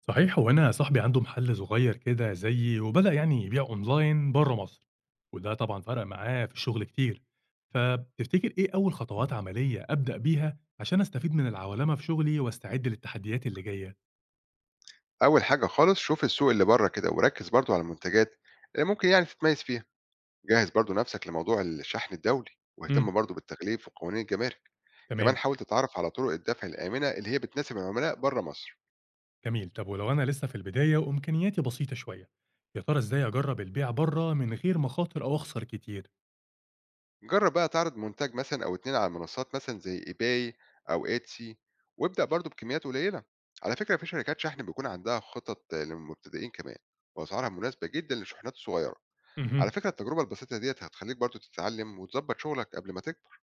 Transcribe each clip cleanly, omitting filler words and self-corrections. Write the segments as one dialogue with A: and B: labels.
A: صحيح، هو أنا صاحبي عنده محل صغير كده زيي، وبدأ يعني يبيع أونلاين بره مصر. وده طبعا فرق معاه في الشغل كتير. فتفتكر إيه أول خطوات عملية أبدأ بيها عشان أستفيد من العولمة في شغلي وأستعد للتحديات اللي جاية؟
B: أول حاجة خالص شوف السوق اللي بره كده وركز برضو على المنتجات اللي ممكن يعني تتميز فيها. جهز برضو نفسك لموضوع الشحن الدولي،
A: امم.
B: واهتم برضو بالتغليف وقوانين الجمارك. كمان
A: تمام.
B: حاول تتعرف على طرق الدفع الآمنة اللي هي بتناسب العملاء بره مصر.
A: جميل، طب ولو أنا لسه في البداية وإمكانياتي بسيطة شوية، يا ترى إزاي أجرب البيع بره من غير مخاطر أو أخسر كتير؟
B: جرب بقى تعرض منتج مثلا أو اتنين على منصات مثلا زي ايباي أو ايتسي، وابدأ برضو بكميات قليلة. على فكرة في شركات شحن بيكون عندها خطط للمبتدئين كمان، وأسعارها مناسبة جدا للشحنات الصغيرة. على فكرة التجربة البسيطة ديت هتخليك برضو تتعلم وتظبط شغلك قبل ما تكبر.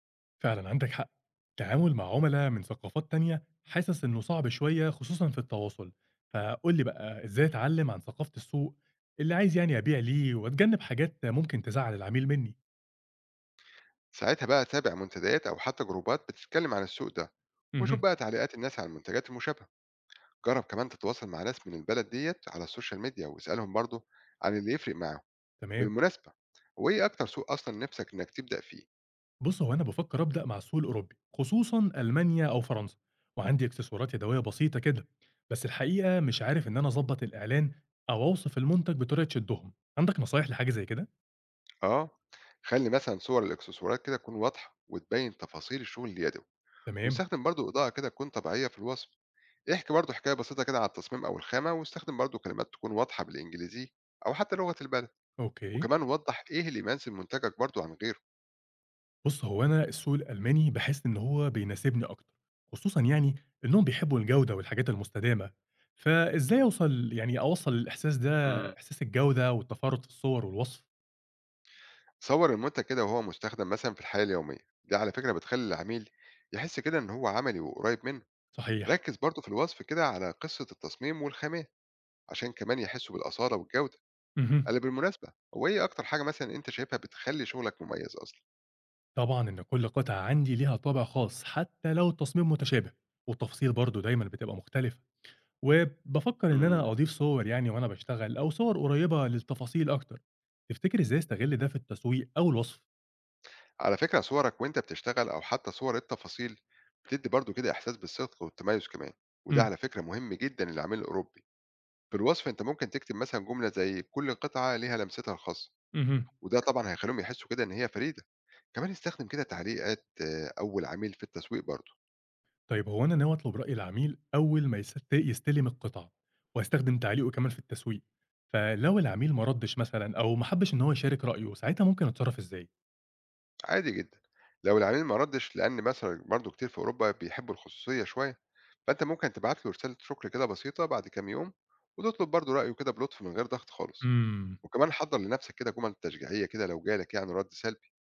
A: فعلا عندك حق. التعامل مع عملاء من ثقافات تانية حاسس انه صعب شوية خصوصا في التواصل. فقول لي بقى ازاي اتعلم عن ثقافة السوق اللي عايز يعني ابيع ليه، واتجنب حاجات ممكن تزعل العميل مني.
B: ساعتها بقى أتابع منتديات أو حتى جروبات بتتكلم عن السوق ده، وأشوف
A: مهم.
B: بقى تعليقات الناس على المنتجات المشابهة. جرب كمان تتواصل مع ناس من البلد ديت على السوشيال ميديا واسألهم برضو عن اللي يفرق معاهم.
A: تمام.
B: بالمناسبة، هو إيه أكتر سوق أصلا نفسك إنك تبدأ فيه؟
A: بص، هو انا بفكر ابدا مع السوق الاوروبي خصوصا المانيا او فرنسا، وعندي اكسسوارات يدويه بسيطه كده. بس الحقيقه مش عارف ان انا اظبط الاعلان او اوصف المنتج بطريقه تشدهم. عندك نصايح لحاجه زي كده؟
B: آه، خلي مثلا صور الإكسسوارات كده تكون واضحة وتبين تفاصيل الشغل اليدوي.
A: تمام.
B: واستخدم برضو إضاءة كده تكون طبيعية في الوصف. احكي برضو حكاية بسيطة كده على التصميم أو الخامة، واستخدم برضو كلمات تكون واضحة بالإنجليزي أو حتى لغة البلد.
A: اوكي.
B: وكمان وضح إيه اللي يميز منتجك برضو عن غيره.
A: بُص، هو أنا السوق الألماني باحس إن هو بيناسبني أكتر، خصوصًا يعني إنهم بيحبّوا الجودة والحاجات المستدامة، فإزاي أوصل يعني أوصّل الإحساس ده،
B: إمم.
A: إحساس الجودة والتفرّد في الصور والوصف.
B: صوّر المنتج كده وهو مستخدم مثلًا في الحياة اليومية، دي على فكرة بتخلّي العميل يحس كده إن هو عملي وقريّب منه.
A: صحيح.
B: ركّز برضه في الوصف كده على قصة التصميم والخامات، عشان كمان يحسّوا بالأصالة والجودة.
A: اهم.
B: أنا بالمناسبة، هو إيه أكتر حاجة مثلًا أنت شايفها بتخلّي شغلك مميز أصلًا؟
A: طبعًا إن كل قطعة عندي ليها طابع خاص حتى لو التصميم متشابه، والتفاصيل برضه دايمًا بتبقى مختلفة، وبافكّر إن
B: إمم.
A: أنا أضيف صور يعني وأنا باشتغل أو صور قريّبة للتفاصيل أكتر. تفتكر إزاي أستغل ده في التسويق أو الوصف؟
B: على فكرة صورك وأنت بتشتغل أو حتى صور التفاصيل، بتدّي برضه كده إحساس بالصدق والتميز كمان، وده
A: إمم،
B: على فكرة مهم جدًا للعميل الأوروبي. في الوصف أنت ممكن تكتب مثلًا جملة زي كل قطعة ليها لمستها الخاصة.
A: اهم.
B: وده طبعًا هيخلّيهم يحسّوا كده إن هي فريدة. كمان استخدم كده تعليقات أول عميل في التسويق برضه.
A: طيب هو أنا ناوي أطلب رأي العميل أول ما يستلم القطعة، وأستخدم تعليقه كمان في التسويق. فلو العميل ما ردش مثلا أو ما حبش إن هو يشارك رأيه، ساعتها ممكن أتصرف إزاي؟
B: عادي جدًا لو العميل ما ردّش، لإن مثلًا برضه كتير في أوروبا بيحبّوا الخصوصية شوية، فأنت ممكن تبعت له رسالة شكر كده بسيطة بعد كام يوم، وتطلب برضه رأيه كده بلطف من غير ضغط خالص.
A: امم.
B: وكمان حضّر لنَفْسك كده جُمل تشجيعية كده لو جالك يعني رَد سلبي،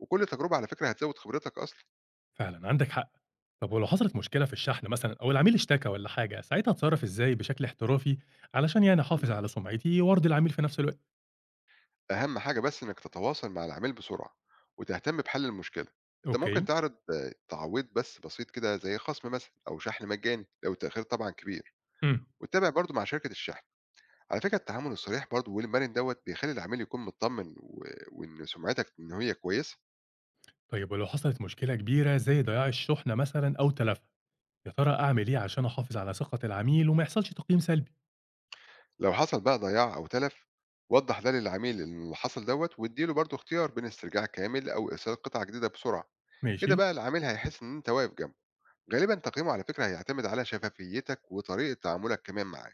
B: وكل تجربة على فكرة هتزوّد خبرتك أصلًا.
A: فعلا عندك حق. طب ولو حصلت مشكلة في الشحن مثلا أو العميل اشتكى ولا حاجة، ساعتها أتصرف إزاي بشكل احترافي علشان يعني أحافظ
B: إمم.
A: على سمعتي وأرضي العميل في نفس الوقت؟
B: أهم حاجة بس إنك تتواصل مع العميل بسرعة وتهتم بحل المشكلة. أنت ممكن
A: أوكي.
B: تعرض تعويض بس بسيط كده زي خصم مثلا أو شحن مجاني لو التأخير طبعا كبير،
A: امم.
B: وتتابع برضو مع شركة الشحن. على فكرة التعامل الصريح برضو والمرن دوت بيخلي العميل يكون مطمن وإن سمعتك إن هي كويسة.
A: طيب ولو حصلت مشكلة كبيرة زي ضياع الشحنة مثلا أو تلف، يا ترى أعمل إيه عشان أحافظ على ثقة العميل وما يحصلش تقييم سلبي؟
B: لو حصل بقى ضياع أو تلف، وضح ده للعميل إن اللي حصل دوت، واديله برضو اختيار بين استرجاع كامل أو إرسال قطعة جديدة بسرعة. كده
A: ماشي.
B: بقى العميل هيحس إن أنت واقف جنبه. غالبا تقييمه على فكرة هيعتمد على شفافيتك وطريقة تعاملك كمان معاه.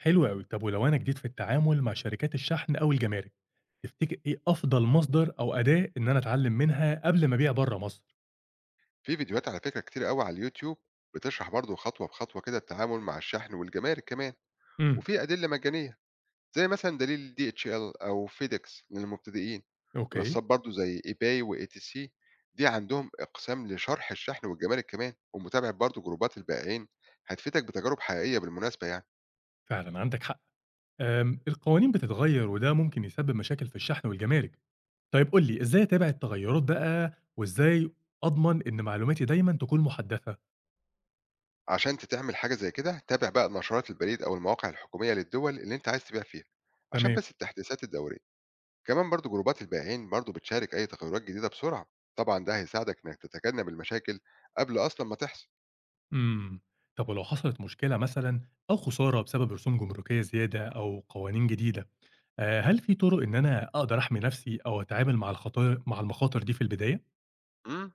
A: حلو أوي. طب ولو أنا جديد في التعامل مع شركات الشحن أو الجمارك، تفتكر إيه أفضل مصدر أو أداة إن أنا أتعلم منها قبل ما أبيع برّه مصر؟
B: في فيديوهات على فكرة كتير قوي على اليوتيوب بتشرح برضه خطوة بخطوة كده التعامل مع الشحن والجمارك كمان.
A: إمم.
B: وفي أدلة مجانية زي مثلا دليل دي اتش ال أو فيدكس للمبتدئين.
A: أوكي،
B: منصات برضه زي ايباي واي تي سي، دي عندهم اقسام لشرح الشحن والجمارك كمان، ومتابعة برضه جروبات البائعين هتفيدك بتجارب حقيقية بالمناسبة يعني.
A: فعلًا عندك حق. القوانين بتتغير وده ممكن يسبب مشاكل في الشحن والجمارك. طيب قُل لي إزاي أتابع التغيرات بقى، وإزاي أضمن إن معلوماتي دايمًا تكون محدثة؟
B: عشان تعمل حاجة زي كده، تابع بقى نشرات البريد أو المواقع الحكومية للدول اللي أنت عايز تبيع فيها، عشان
A: تمام.
B: بس التحديثات الدورية. كمان برضه جروبات البائعين برضه بتشارك أي تغيرات جديدة بسرعة. طبعًا ده هيساعدك إنك تتجنب المشاكل قبل أصلًا ما تحصل.
A: إمم. طب ولو حصلت مشكلة مثلًا أو خسارة بسبب رسوم جمركية زيادة أو قوانين جديدة، هل في طرق إن أنا أقدر أحمي نفسي أو أتعامل مع الخطايا مع المخاطر دي في البداية؟
B: امم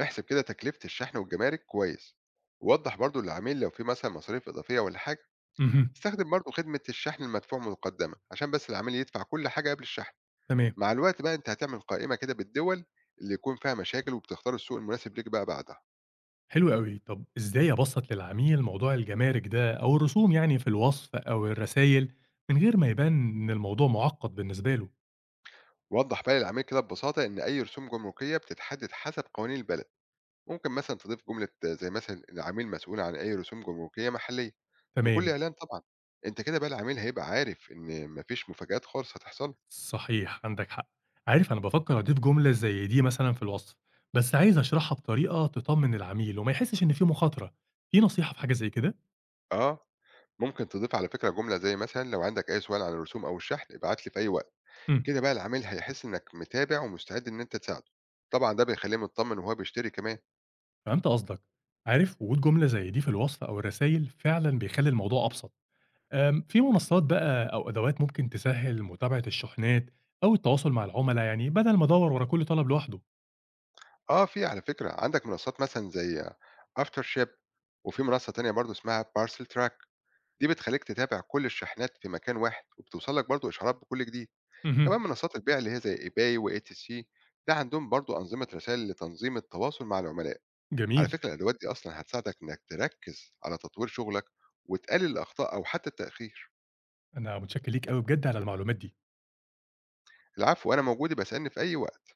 B: احسب كده تكلفة الشحن والجمارك كويس. وضح برضه للعميل لو في مثلًا مصاريف إضافية ولا حاجة.
A: اهم،
B: استخدم برضه خدمة الشحن المدفوع مقدما عشان بس العميل يدفع كل حاجة قبل الشحن.
A: تمام،
B: مع الوقت بقى أنت هتعمل قائمة كده بالدول اللي يكون فيها مشاكل، وبتختار السوق المناسب ليك بقى بعدها.
A: حلو أوي. طب إزاي أبسّط للعميل موضوع الجمارك ده أو الرسوم يعني في الوصف أو الرسايل، من غير ما يبان إن الموضوع معقّد بالنسبة له؟
B: وضح بقى للعميل كده ببساطة إن أي رسوم جمركية بتتحدد حسب قوانين البلد. ممكن مثلا تضيف جملة زي مثلا العميل مسؤول عن أي رسوم جمركية محلية في كل
A: تمام.
B: إعلان طبعا. أنت كده بقى العميل هيبقى عارف إن مفيش مفاجآت خالص هتحصل.
A: صحيح، عندك حق. عارف أنا بافكّر أضيف جملة زي دي مثلًا في الوصف، بس عايز أشرحها بطريقة تطمّن العميل وما يحسّش إن في مخاطرة. في نصيحة في حاجة زي كده؟
B: آه، ممكن تضيف على فكرة جملة زي مثلا لو عندك أي سؤال عن الرسوم أو الشحن ابعت لي في أي وقت.
A: إمم،
B: كده بقى العميل هيحس إنك متابع ومستعد إن أنت تساعده. طبعا ده بيخليه مطمن وهو بيشتري كمان.
A: فهمت قصدك. عارف وجود جملة زي دي في الوصف أو الرسايل فعلًا بيخلّي الموضوع أبسط. في منصات بقى أو أدوات ممكن تسهّل متابعة الشحنات أو التواصل مع العملا يعني بدل ما أدوّر ورا كل طلب لوحده.
B: آه، في على فكرة عندك منصات مثلا زي أفتر شيب، وفي منصة تانية برضه اسمها بارسل تراك، دي بتخلّيك تتابع كل الشحنات في مكان واحد، وبتوصل لك برضه إشعارات بكل جديد. كمان
A: اهم،
B: منصات البيع اللي هي زي eBay وETC، ده عندهم برضه أنظمة رسائل لتنظيم التواصل مع العملاء. على
A: جميل.
B: فكرة الأدوات دي أصلًا هتساعدك إنك تركّز على تطوير شغلك وتقلل الأخطاء أو حتى التأخير.
A: أنا متشكّر ليك أوي بجد على المعلومات دي.
B: العفو، أنا موجود يبقى اسألني في أي وقت.